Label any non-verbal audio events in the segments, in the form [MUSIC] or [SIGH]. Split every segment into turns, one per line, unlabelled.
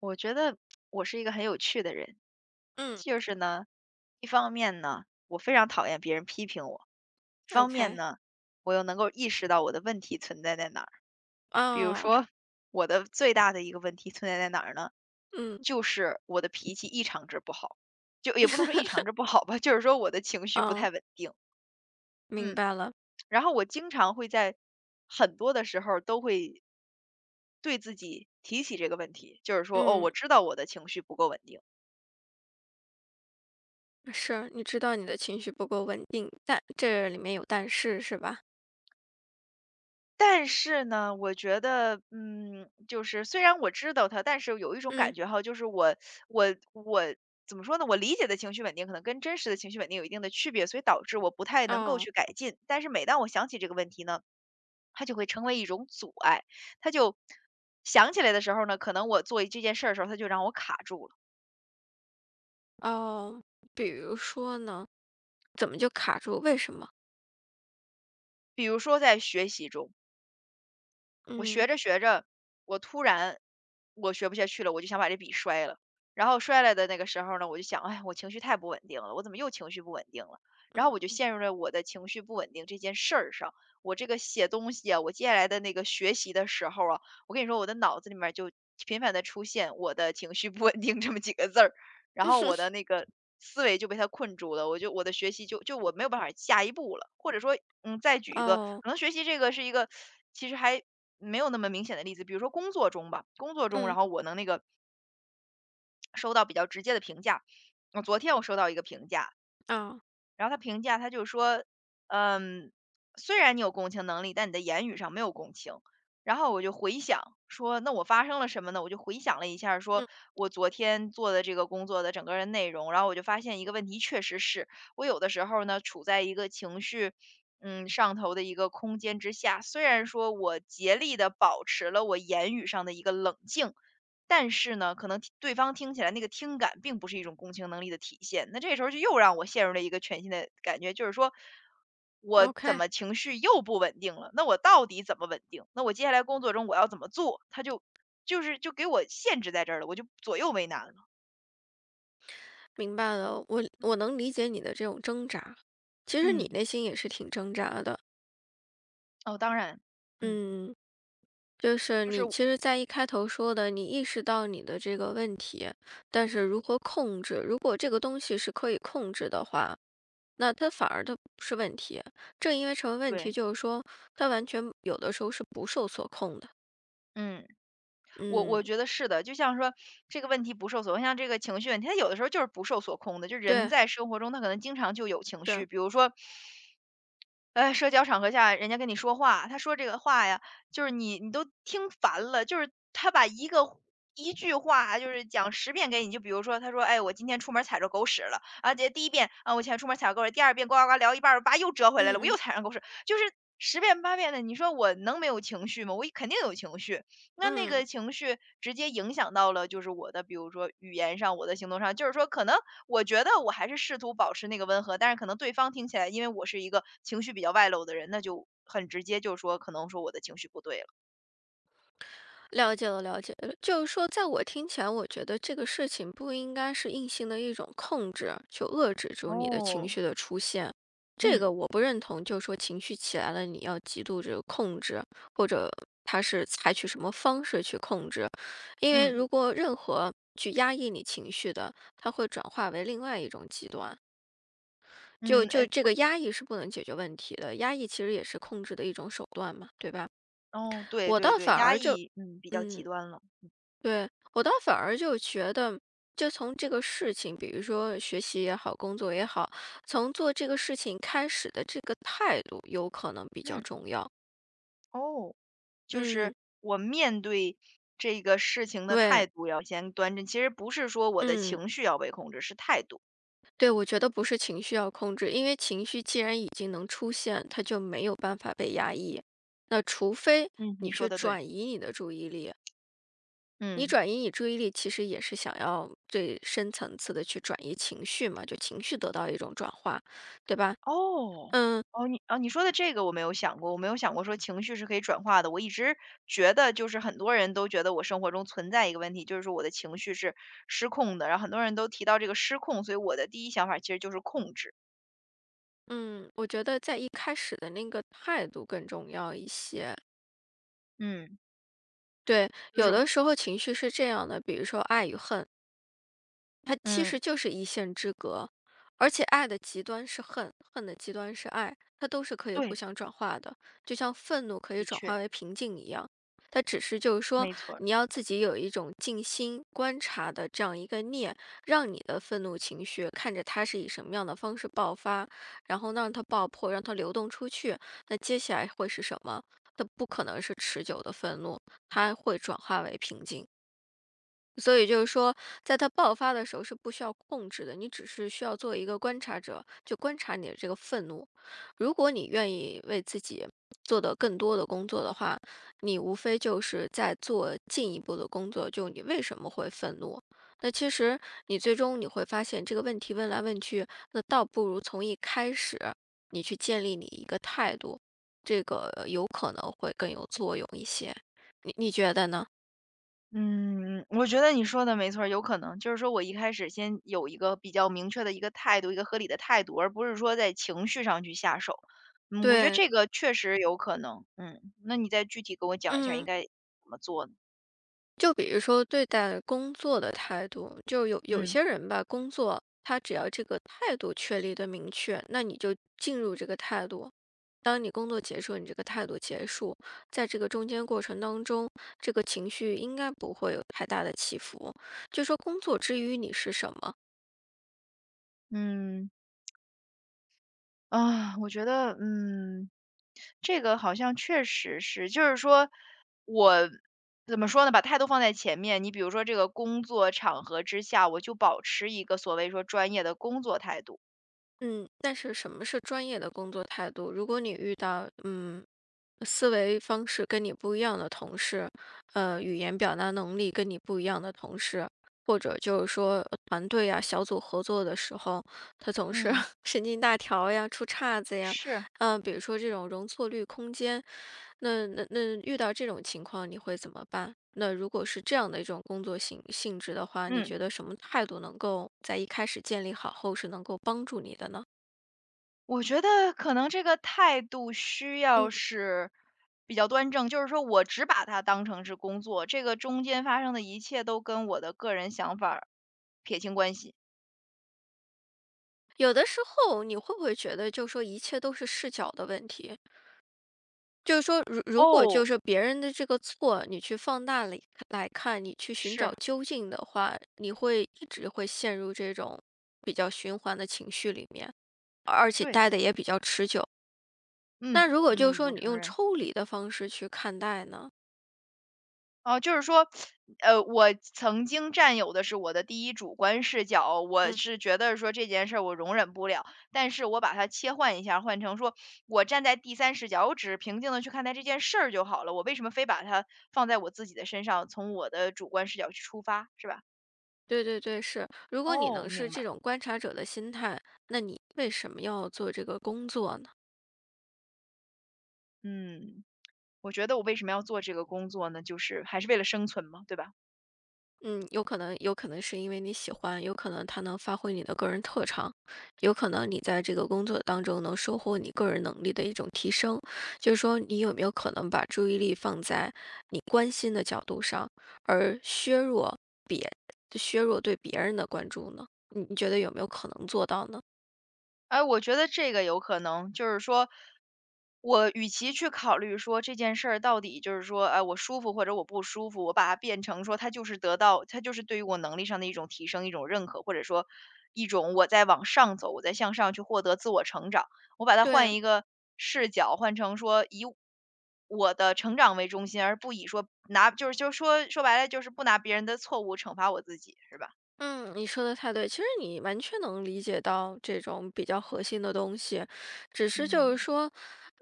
我觉得我是一个很有趣的人，
嗯
就是呢，一方面呢，我非常讨厌别人批评我；一方面
，OK，
呢，我又能够意识到我的问题存在在哪儿。比如
哦，
说，我的最大的一个问题存在在哪儿呢？
嗯，
就是我的脾气异常之不好，就也不能说异常之
[LAUGHS]
不好吧，就是说我的情绪不
哦，
太稳定。
明
嗯，
白了。
然后我经常会在很多的时候都会对自己提起这个问题，就是说，哦，我
嗯，
知道我的情绪不够稳定。
是，你知道你的情绪不够稳定，但这里面有但是是吧？
但是呢，我觉得，就是虽然我知道他，但是有一种感
嗯，
觉哈，就是我怎么说呢？我理解的情绪稳定可能跟真实的情绪稳定有一定的区别，所以导致我不太能够
哦。
去改进。但是每当我想起这个问题呢，它就会成为一种阻碍。它就想起来的时候呢，可能我做这件事儿的时候，它就让我卡住了。
哦，比如说呢，怎么就卡住？为什么？
比如说在学习中。我学
嗯
着学着，我突然我学不下去了，我就想把这笔摔了。然后摔了的那个时候呢，我就想，哎，我情绪太不稳定了，我怎么又情绪不稳定了？然后我就
嗯，
陷入了我的情绪不稳定这件事儿上。我这个写东西啊，我接下来的那个学习的时候啊，我跟你说，我的脑子里面就频繁的出现"我的情绪不稳定"这么几个字儿。然后我的
[LAUGHS]
那个思维就被它困住了，我就我的学习就我没有办法下一步了。或者说，再举一个，
哦，
可能学习这个是一个其实还没有那么明显的例子，比如说工作中吧，工作中，
嗯
然后我能那个收到比较直接的评价。我昨天我收到一个评价，
哦，
然后他评价他就说，嗯，虽然你有共情能力，但你的言语上没有共情。然后我就回想说，那我发生了什么呢？我就回想了一下儿说
嗯
我昨天做的这个工作的整个儿的内容，然后我就发现一个问题，确实是我有的时候呢处在一个情绪，上头的一个空间之下，虽然说我竭力的保持了我言语上的一个冷静，但是呢，可能听对方听起来那个听感并不是一种共情能力的体现，那这时候就又让我陷入了一个全新的感觉，就是说我怎
，OK，
么情绪又不稳定了？那我到底怎么稳定？那我接下来工作中我要怎么做？他就就给我限制在这儿了，我就左右为难了。
明白了，我能理解你的这种挣扎，其实你
嗯，
内心也是挺挣扎的。
哦，当然，嗯，
嗯。就是
就是
你其实，在一开头说的，你意识到你的这个问题，但是如何控制？如果这个东西是可以控制的话，那它反而不是问题。正因为成为问题，
对。
就是说它完全有的时候是不受所控的。
嗯，我
嗯，
觉得是的，就像说这个问题不受所控，像这个情绪问题，它有的时候就是不受所控的。就人
对，
在生活中，他可能经常就有情绪，
是，
比如说社交场合下人家跟你说话，他说这个话呀，就是你都听烦了，就是他把一个一句话就是讲十遍给你，就比如说他说："哎，我今天出门踩着狗屎了。"啊，这第一遍，啊，我今天出门踩着狗屎，第二遍呱呱呱聊一半儿，叭又折回来了，
嗯
我又
嗯
踩上狗屎。就是十遍八遍的，你说我能没有情绪吗？我肯定有情绪，那那个
嗯。
情绪直接影响到了就是我的，比如说语言上，我的行动上，就是说可能我觉得我还是试图保持那个温和，但是可能对方听起来，因为我是一个情绪比较外露的人，那就很直接就说可能说我的情绪不对了。
了解了，了解了。就是说，在我听前，我觉得这个事情不应该是硬性的一种控制，去遏制住你的情
哦，
绪的出现。这
嗯
个我不认同，就是说情绪起来了，你要极度这个控制，或者他是采取什么方式去控制。因为
嗯
如果任何去压抑你情绪的，它会转化为另外一种极端。就
嗯，
就这个压抑是不能解决问题的，压抑其实也是控制的一种手段嘛，对吧？
哦，对
我
对
倒
对，
反
压
而就，
抑，嗯，比较极
嗯。
端了。
对，我倒反而就觉得，就从这个事情，比如说学习也好，工作也好，从做这个事情开始的这个态度，有可能比较
嗯，
重要。
哦，就是
嗯，
我面对这个事情的
对，
态度要先端正，其实不是说我的
嗯，
情绪要被控制，是态度。
对，我觉得不是情绪要控制，因为情绪既然已经能出现，它就没有办法被压抑。那除非
嗯，你
你
说
去
的对。
转移你的注意力，你
嗯。
转移你注意力，其实也是想要最深层次的去转移情绪嘛，就情绪得到一种转化，对吧？
哦，
嗯，
你说的这个我没有想过，我没有想过说情绪是可以转化的。我一直觉得就是很多人都觉得我生活中存在一个问题，就是说我的情绪是失控的，然后很多人都提到这个失控，所以我的第一想法其实就是控制。
嗯，我觉得在一开始的那个态度更重要一些。
嗯，
对，
就
有
是
的时候情绪是这样的，比如说爱与恨。它其实
嗯，
就是一线之隔，而且爱的极端是恨，恨的极端是爱，它都是可以互
对，
相转化的，就像愤怒可以
的
转
确，
化为平静一样。它只是就是说，
没错
你要自己有一种静心观察的这样一个念，让你的愤怒情绪看着它是以什么样的方式爆发，然后让它爆破，让它流动出去。那接下来会是什么？它不可能是持久的愤怒，它会转化为平静。所以就是说，在它爆发的时候是不需要控制的，你只是需要做一个观察者，就观察你的这个愤怒。如果你愿意为自己做的更多的工作的话，你无非就是在做进一步的工作，就你为什么会愤怒？那其实你最终会发现这个问题问来问去，那倒不如从一开始你去建立你一个态度，这个有可能会更有作用一些。你觉得呢？
嗯，我觉得你说的没错儿，有可能就是说我一开始先有一个比较明确的一个态度，一个合理的态度，而不是说在情绪上去下手。嗯，我觉得
对，
这个确实有可能。嗯，那你再具体跟我讲一下应
嗯。
该怎么做呢？
就比如说对待工作的态度，就有有
嗯
些人吧，工作他只要这个态度确立的明确，那你就进入这个态度。当你工作结束，你这个态度结束，在这个中间过程当中，这个情绪应该不会有太大的起伏。就说工作之于你是什么？
嗯啊，我觉得这个好像确实是，就是说我怎么说呢，把态度放在前面。你比如说这个工作场合之下，我就保持一个所谓说专业的工作态度。
嗯，但是什么是专业的工作态度？如果你遇到思维方式跟你不一样的同事，语言表达能力跟你不一样的同事，或者就是说团队呀、小组合作的时候，他总是
嗯。
[LAUGHS] 神经大条呀、出岔子呀，
是，
嗯、比如说这种容错率空间，那遇到这种情况你会怎么办？那如果是这样的一种工作性质的话，你
嗯。
觉得什么态度能够在一开始建立好后是能够帮助你的呢？
我觉得可能这个态度需要
嗯，
是比较端正，就是说我只把它当成是工作，这个中间发生的一切都跟我的个人想法儿撇清关系。
有的时候你会不会觉得，就说一切都是视角的问题？就是说，如果就
哦。
是别人的这个错，你去放大了来看，你去寻找
是，
究竟的话，你会会陷入这种比较循环的情绪里面，而且
对，
待的也比较持久。
嗯，
那如果就是
嗯，
说
我
你
承
用
认。
抽离的方式去看待呢？
哦，就是说，我曾经占有的是我的第一主观视角，我
嗯，
是觉得说这件事儿我容忍不了，但是我把它切换一下，换成说我站在第三视角，我只是平静的去看待这件事儿就好了。我为什么非把它放在我自己的身上，从我的主观视角去出发，是吧？
对对对，是。如果你
哦，
能是
明
这
白。
种观察者的心态，那你为什么要做这个工作呢？
嗯，我觉得我为什么要做这个工作呢？就是还是为了生存嘛，对吧？
嗯，有可能是因为你喜欢，有可能他能发挥你的个人特长，有可能你在这个工作当中能收获你个人能力的一种提升。就是说，你有没有可能把注意力放在你关心的角度上，而削弱别削弱对别人的关注呢？你觉得有没有可能做到呢？
哎，我觉得这个有可能，就是说，我与其去考虑说这件事儿到底就是说，哎，我舒服或者我不舒服，我把它变成说，它就是得到，它就是对于我能力上的一种提升，一种认可，或者说一种我在往上走，我在向上去获得自我成长。我把它换
对，
一个视角，换成说以我的成长为中心，而不以说拿，说说白了，就是不拿别人的错误惩罚我自己，是吧？
嗯，你说的太对，其实你完全能理解到这种比较核心的东西，只是就是
嗯。
说，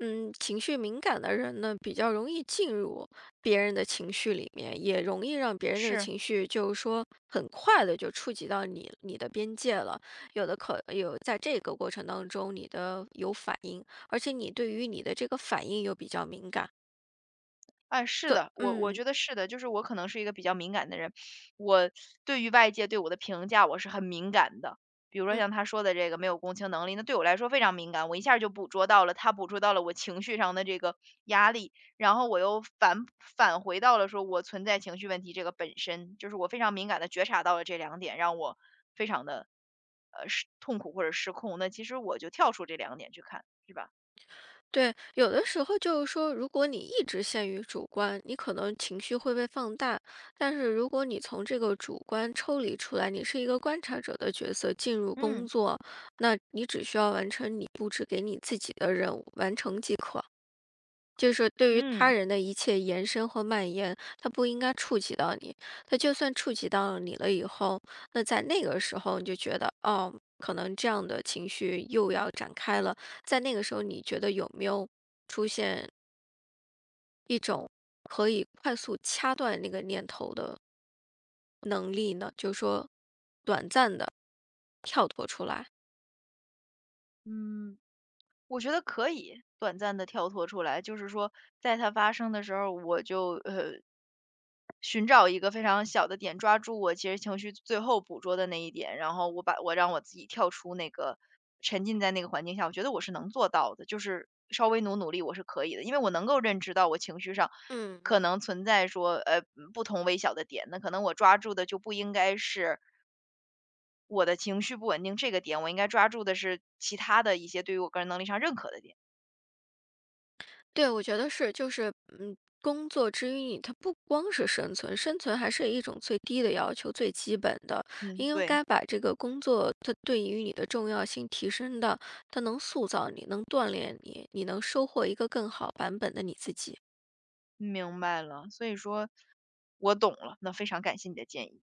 嗯，情绪敏感的人呢，比较容易进入别人的情绪里面，也容易让别人这个
是。
情绪就是说很快的就触及到你的边界了。有的可有在这个过程当中，你的有反应，而且你对于你的这个反应又比较敏感。
哎，是
对，
的，我
嗯
觉得是的，就是我可能是一个比较敏感的人，我对于外界对我的评价我是很敏感的。比如说
嗯。
像他说的这个没有共情能力，那对我来说非常敏感，我一下儿就捕捉到了，他捕捉到了我情绪上的这个压力，然后我又返回到了说我存在情绪问题这个本身，就是我非常敏感的觉察到了这两点，让我非常的失痛苦或者失控。那其实我就跳出这两点去看，是吧？
对，有的时候就是说，如果你一直陷于主观，你可能情绪会被放大。但是如果你从这个主观抽离出来，你是一个观察者的角色，进入工
嗯
作，那你只需要完成你布置给你自己的任务，完成即可。就是对于他
嗯。
人的一切延伸和蔓延，他不应该触及到你。他就算触及到你了以后，那在那个时候你就觉得，哦，可能这样的情绪又要展开了。在那个时候，你觉得有没有出现可以快速掐断那个念头的能力呢？就是说，短暂的跳脱出来。
嗯，我觉得可以短暂的跳脱出来，就是说在它发生的时候，我就，寻找一个非常小的点，抓住我其实情绪最后捕捉的那一点，然后我把我让我自己跳出那个沉浸在那个环境下，我觉得我是能做到的，就是稍微努努力我是可以的。因为我能够认知到我情绪上
嗯。
可能存在说，不同微小的点，那可能我抓住的就不应该是我的情绪不稳定这个点，我应该抓住的是其他的一些对于我个人能力上认可的点。
对，我觉得是，就是嗯，工作之于你，它不光是生存，生存还是一种最低的要求，最基本的，
嗯，
应
对，
该把这个工作它对于你的重要性提升到，它能塑造你，能锻炼你，你能收获一个更好版本的你自己。
明白了。所以说，我懂了，那非常感谢你的建议。